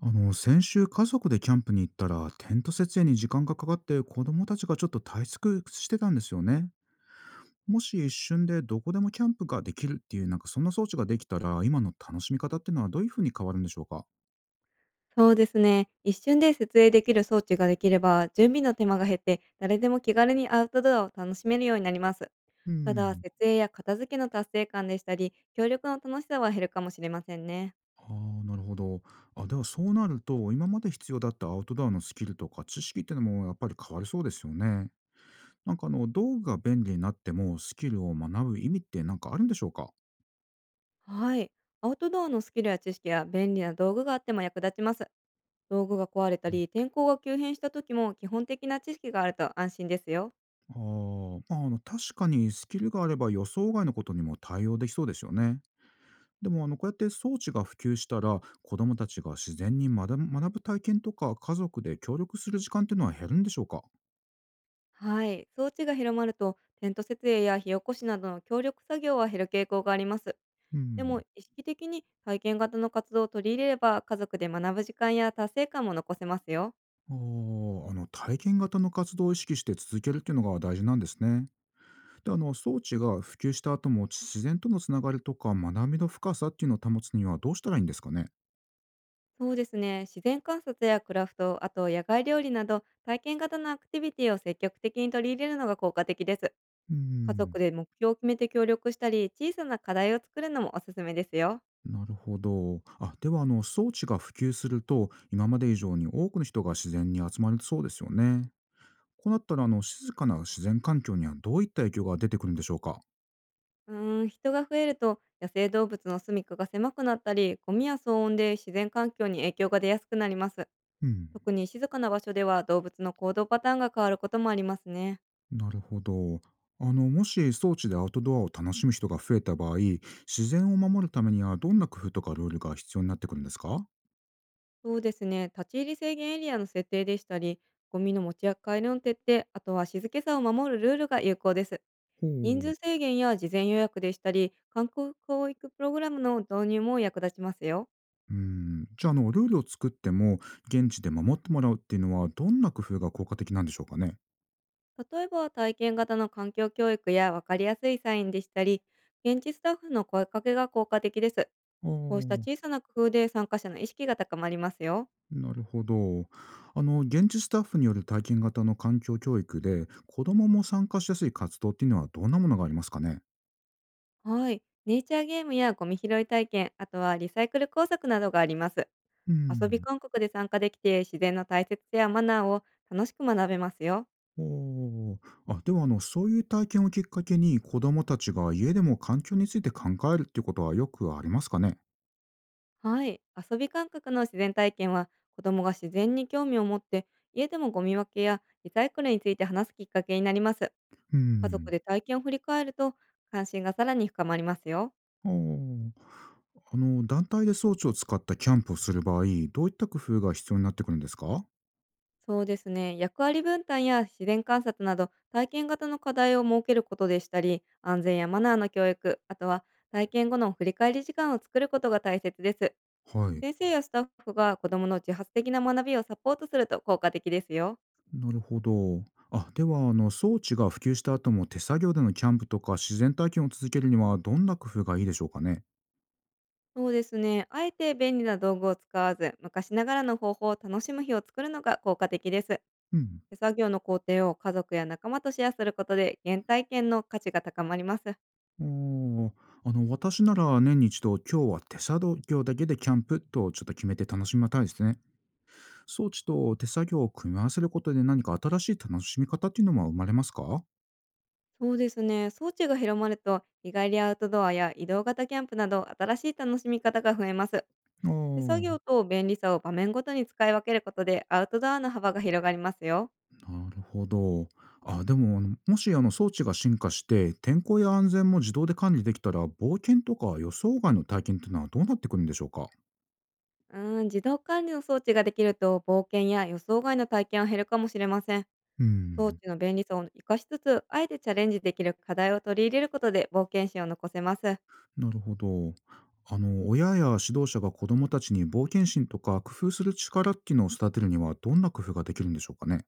先週家族でキャンプに行ったらテント設営に時間がかかって子供たちがちょっと退屈してたんですよね。もし一瞬でどこでもキャンプができるっていうなんかそんな装置ができたら今の楽しみ方っていうのはどういうふうに変わるんでしょうか？そうですね。一瞬で設営できる装置ができれば、準備の手間が減って、誰でも気軽にアウトドアを楽しめるようになります。うただ、ん。設営や片付けの達成感でしたり、協力の楽しさは減るかもしれませんね。ああ、なるほど。あ、ではそうなると今まで必要だったアウトドアのスキルとか知識っていうのもやっぱり変わりそうですよね。なんか道具が便利になってもスキルを学ぶ意味ってなんかあるんでしょうか？はい。アウトドアのスキルや知識や便利な道具があっても役立ちます。道具が壊れたり、天候が急変した時も基本的な知識があると安心ですよ。まあ、確かにスキルがあれば予想外のことにも対応できそうですよね。でもこうやって装置が普及したら子どもたちが自然に学ぶ体験とか家族で協力する時間っていうのは減るんでしょうか？はい。装置が広まると、テント設営や火起こしなどの協力作業は減る傾向があります。うでも、ん。意識的に体験型の活動を取り入れれば、家族で学ぶ時間や達成感も残せますよ。体験型の活動を意識して続けるっていうのが大事なんですね。で装置が普及した後も自然とのつながりとか学びの深さっていうのを保つにはどうしたらいいんですかね？そうですね。自然観察やクラフト、あと野外料理など、体験型のアクティビティを積極的に取り入れるのが効果的です。う家族ん。で目標を決めて協力したり、小さな課題を作るのもおすすめですよ。なるほど。あ、では装置が普及すると、今まで以上に多くの人が自然に集まりそうですよね。こうなったら静かな自然環境にはどういった影響が出てくるんでしょうか。人が増えると、野生動物の住処が狭くなったり、ゴミや騒音で自然環境に影響が出やすくなります。うん、特に静かな場所では動物の行動パターンが変わることもありますね。なるほど。もし装置でアウトドアを楽しむ人が増えた場合、自然を守るためにはどんな工夫とかルールが必要になってくるんですか？そうですね。立ち入り制限エリアの設定でしたり、ゴミの持ち帰りの徹底、あとは静けさを守るルールが有効です。ほ人う。数制限や事前予約でしたり、観光教育プログラムの導入も役立ちますよ。うん、じゃあルールを作っても現地で守ってもらうっていうのはどんな工夫が効果的なんでしょうかね。例えば体験型の環境教育や分かりやすいサインでしたり、現地スタッフの声かけが効果的です。あこうした小あ、さな工夫で参加者の意識が高まりますよ。なるほど。現地スタッフによる体験型の環境教育で、子どもも参加しやすい活動っていうのはどんなものがありますかね？はい。ネイチャーゲームやゴミ拾い体験、あとはリサイクル工作などがあります。う遊びん。感覚で参加できて、自然の大切さやマナーを楽しく学べますよ。おー。あ、ではそういう体験をきっかけに子どもたちが家でも環境について考えるっていうことはよくありますかね？はい。遊び感覚の自然体験は、子供が自然に興味を持って、家でもゴミ分けやリサイクルについて話すきっかけになります。う家族ん。で体験を振り返ると、関心がさらに深まりますよ。おー。団体で装置を使ったキャンプをする場合どういった工夫が必要になってくるんですか？はそうですね。役割分担や自然観察など、体験型の課題を設けることでしたり、安全やマナーの教育、あとは体験後の振り返り時間を作ることが大切です。い。先生やスタッフが子どもの自発的な学びをサポートすると効果的ですよ。なるほど。あ、では、装置が普及した後も手作業でのキャンプとか自然体験を続けるにはどんな工夫がいいでしょうかね。そうですね。あえて便利な道具を使わず、昔ながらの方法を楽しむ日を作るのが効果的です。うん。手作業の工程を家族や仲間とシェアすることで、原体験の価値が高まります。ああ、私なら年に一度、今日は手作業だけでキャンプとちょっと決めて楽しみたいですね。装置と手作業を組み合わせることで何か新しい楽しみ方っていうのも生まれますか？そうですね。装置が広まると、日帰りアウトドアや移動型キャンプなど、新しい楽しみ方が増えます。あ手作あ。業と便利さを場面ごとに使い分けることで、アウトドアの幅が広がりますよ。なるほど。あ、でも、もし装置が進化して、天候や安全も自動で管理できたら、冒険とか予想外の体験っていうのはどうなってくるんでしょうか？自動管理の装置ができると冒険や予想外の体験は減るかもしれません。う装ん、置の便利さを生かしつつ、あえてチャレンジできる課題を取り入れることで冒険心を残せます。なるほど。親や指導者が子どもたちに冒険心とか工夫する力っていうのを育てるには、どんな工夫ができるんでしょうかね？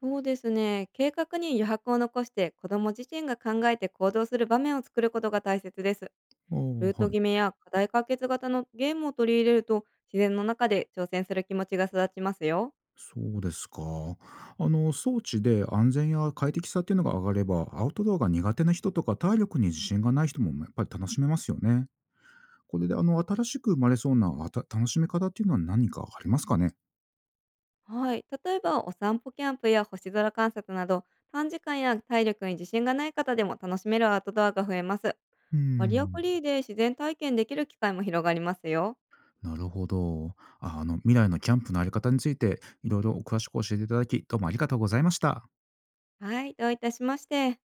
そうですね。計画に余白を残して子供自身が考えて行動する場面を作ることが大切です。あルーあ、トはい。決めや課題解決型のゲームを取り入れると自然の中で挑戦する気持ちが育ちますよ。そうですか。装置で安全や快適さっていうのが上がれば、アウトドアが苦手な人とか体力に自信がない人もやっぱり楽しめますよね。これで新しく生まれそうな、楽しみ方っていうのは何かありますかね？はい。例えば、お散歩キャンプや星空観察など、短時間や体力に自信がない方でも楽しめるアウトドアが増えます。うーバリアフん。リーで自然体験できる機会も広がりますよ。なるほど。あ、未来のキャンプのあり方について、いろいろ詳しく教えていただき、どうもありがとうございました。はい。どういたしまして。